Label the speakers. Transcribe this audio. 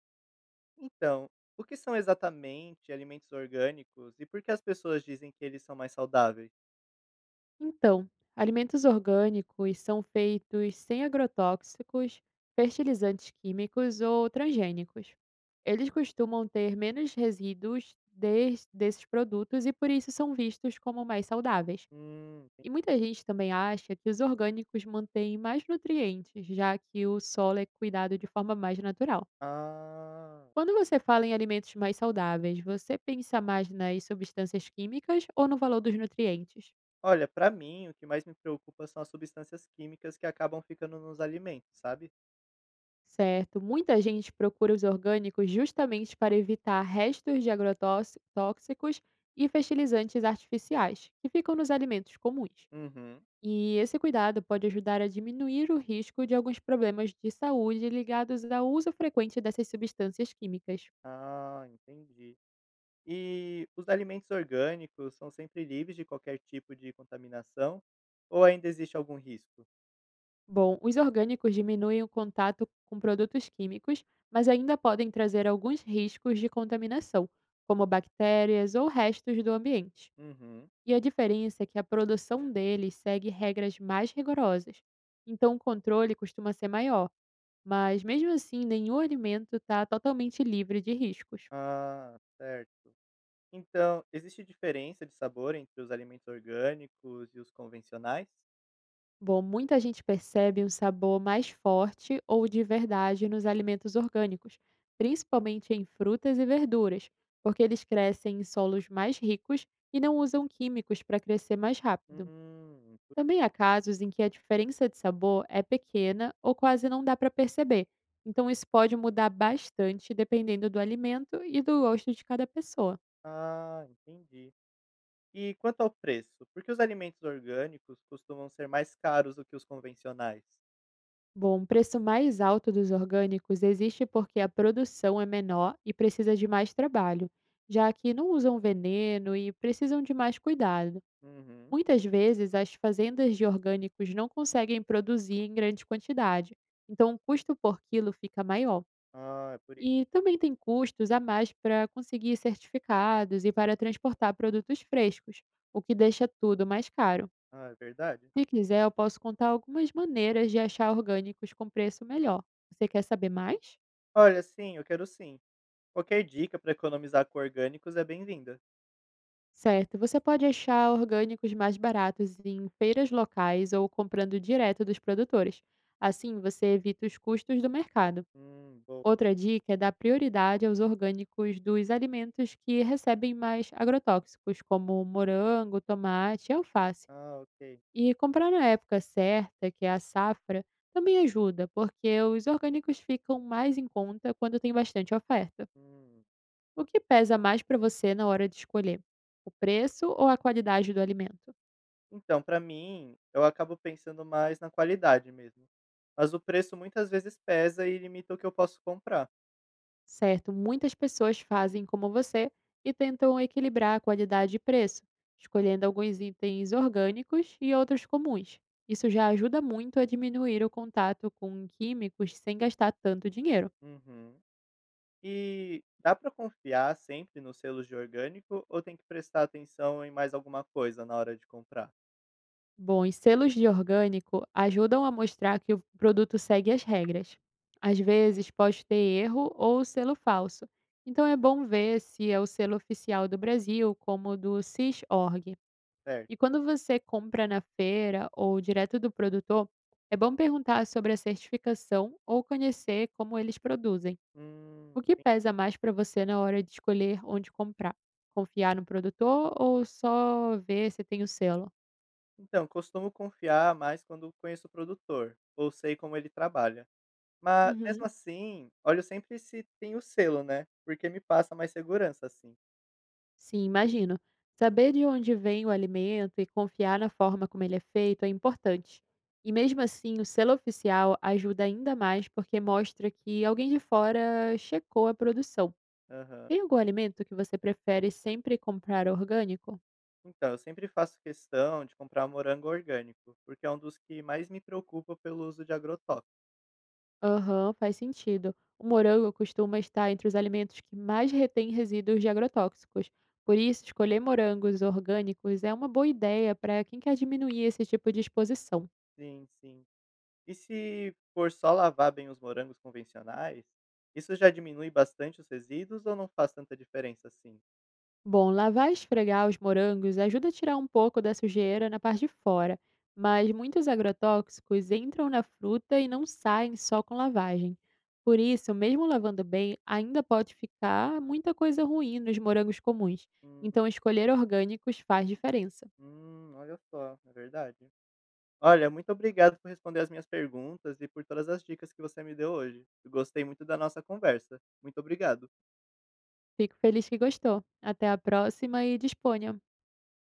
Speaker 1: Então, o que são exatamente alimentos orgânicos e por que as pessoas dizem que eles são mais saudáveis?
Speaker 2: Então, alimentos orgânicos são feitos sem agrotóxicos, fertilizantes químicos ou transgênicos. Eles costumam ter menos resíduos desses produtos e por isso são vistos como mais saudáveis.
Speaker 1: Hum, tem-
Speaker 2: E muita gente também acha que os orgânicos mantêm mais nutrientes, já que o solo é cuidado de forma mais natural.
Speaker 1: ah,
Speaker 2: Quando você fala em alimentos mais saudáveis, você pensa mais nas substâncias químicas ou no valor dos nutrientes?
Speaker 1: Olha, pra mim, o que mais me preocupa são as substâncias químicas que acabam ficando nos alimentos, sabe?
Speaker 2: Certo. Muita gente procura os orgânicos justamente para evitar restos de agrotóxicos e fertilizantes artificiais, que ficam nos alimentos comuns.
Speaker 1: Uhum.
Speaker 2: E esse cuidado pode ajudar a diminuir o risco de alguns problemas de saúde ligados ao uso frequente dessas substâncias químicas.
Speaker 1: Ah, entendi. E os alimentos orgânicos são sempre livres de qualquer tipo de contaminação ou ainda existe algum risco?
Speaker 2: Bom, os orgânicos diminuem o contato com produtos químicos, mas ainda podem trazer alguns riscos de contaminação, como bactérias ou restos do ambiente.
Speaker 1: Uhum.
Speaker 2: E a diferença é que a produção deles segue regras mais rigorosas. Então o controle costuma ser maior, mas mesmo assim nenhum alimento está totalmente livre de riscos.
Speaker 1: Ah, certo. Então, existe diferença de sabor entre os alimentos orgânicos e os convencionais?
Speaker 2: Bom, muita gente percebe um sabor mais forte ou de verdade nos alimentos orgânicos, principalmente em frutas e verduras, porque eles crescem em solos mais ricos e não usam químicos para crescer mais rápido.
Speaker 1: Hum, tu-
Speaker 2: Também há casos em que a diferença de sabor é pequena ou quase não dá para perceber, então isso pode mudar bastante dependendo do alimento e do gosto de cada pessoa.
Speaker 1: ah, entendi. E quanto ao preço, por que os alimentos orgânicos costumam ser mais caros do que os convencionais?
Speaker 2: Bom, o preço mais alto dos orgânicos existe porque a produção é menor e precisa de mais trabalho, já que não usam veneno e precisam de mais cuidado.
Speaker 1: Uhum.
Speaker 2: Muitas vezes, as fazendas de orgânicos não conseguem produzir em grande quantidade, então o custo por quilo fica maior.
Speaker 1: Ah, é por isso.
Speaker 2: E também tem custos a mais para conseguir certificados e para transportar produtos frescos, o que deixa tudo mais caro.
Speaker 1: Ah, é verdade?
Speaker 2: Se quiser, eu posso contar algumas maneiras de achar orgânicos com preço melhor. Você quer saber mais?
Speaker 1: Olha, sim, eu quero sim. Qualquer dica para economizar com orgânicos é bem-vinda.
Speaker 2: Certo, você pode achar orgânicos mais baratos em feiras locais ou comprando direto dos produtores. Assim, você evita os custos do mercado.
Speaker 1: Bom.
Speaker 2: Outra dica é dar prioridade aos orgânicos dos alimentos que recebem mais agrotóxicos, como morango, tomate e alface.
Speaker 1: Ah, ok.
Speaker 2: E comprar na época certa, que é a safra, também ajuda, porque os orgânicos ficam mais em conta quando tem bastante oferta.
Speaker 1: Hum.
Speaker 2: O que pesa mais para você na hora de escolher? O preço ou a qualidade do alimento?
Speaker 1: Então, pra mim, eu acabo pensando mais na qualidade mesmo. Mas o preço muitas vezes pesa e limita o que eu posso comprar.
Speaker 2: Certo, muitas pessoas fazem como você e tentam equilibrar a qualidade e preço, escolhendo alguns itens orgânicos e outros comuns. Isso já ajuda muito a diminuir o contato com químicos sem gastar tanto dinheiro.
Speaker 1: Uhum. E dá pra confiar sempre nos selos de orgânico ou tem que prestar atenção em mais alguma coisa na hora de comprar,
Speaker 2: Bom, e selos de orgânico ajudam a mostrar que o produto segue as regras. Às vezes pode ter erro ou selo falso, então é bom ver se é o selo oficial do Brasil, como o do CIS-ORG. E
Speaker 1: certo?
Speaker 2: quando você compra na feira ou direto do produtor, é bom perguntar sobre a certificação ou conhecer como eles produzem.
Speaker 1: Hum,
Speaker 2: O que pesa mais para você na hora de escolher onde comprar? Confiar no produtor ou só ver se tem o selo?
Speaker 1: Então, costumo confiar mais quando conheço o produtor ou sei como ele trabalha. Mas
Speaker 2: Uhum.
Speaker 1: mesmo assim, olho sempre se tem o selo, né? Porque me passa mais segurança assim.
Speaker 2: Sim, imagino. Saber de onde vem o alimento e confiar na forma como ele é feito é importante. E mesmo assim, o selo oficial ajuda ainda mais porque mostra que alguém de fora checou a produção.
Speaker 1: Aham.
Speaker 2: Tem algum alimento que você prefere sempre comprar orgânico?
Speaker 1: Então, eu sempre faço questão de comprar morango orgânico, porque é um dos que mais me preocupa pelo uso de agrotóxicos.
Speaker 2: Aham, faz sentido. O morango costuma estar entre os alimentos que mais retêm resíduos de agrotóxicos. Por isso, escolher morangos orgânicos é uma boa ideia para quem quer diminuir esse tipo de exposição.
Speaker 1: Sim, sim. E se for só lavar bem os morangos convencionais, isso já diminui bastante os resíduos ou não faz tanta diferença assim?
Speaker 2: Bom, lavar e esfregar os morangos ajuda a tirar um pouco da sujeira na parte de fora, mas muitos agrotóxicos entram na fruta e não saem só com lavagem. Por isso, mesmo lavando bem, ainda pode ficar muita coisa ruim nos morangos comuns.
Speaker 1: Hum,
Speaker 2: Então, escolher orgânicos faz diferença.
Speaker 1: olha só, é verdade. Olha, muito obrigado por responder as minhas perguntas e por todas as dicas que você me deu hoje. Eu gostei muito da nossa conversa. Muito obrigado.
Speaker 2: Fico feliz que gostou. Até a próxima e disponha!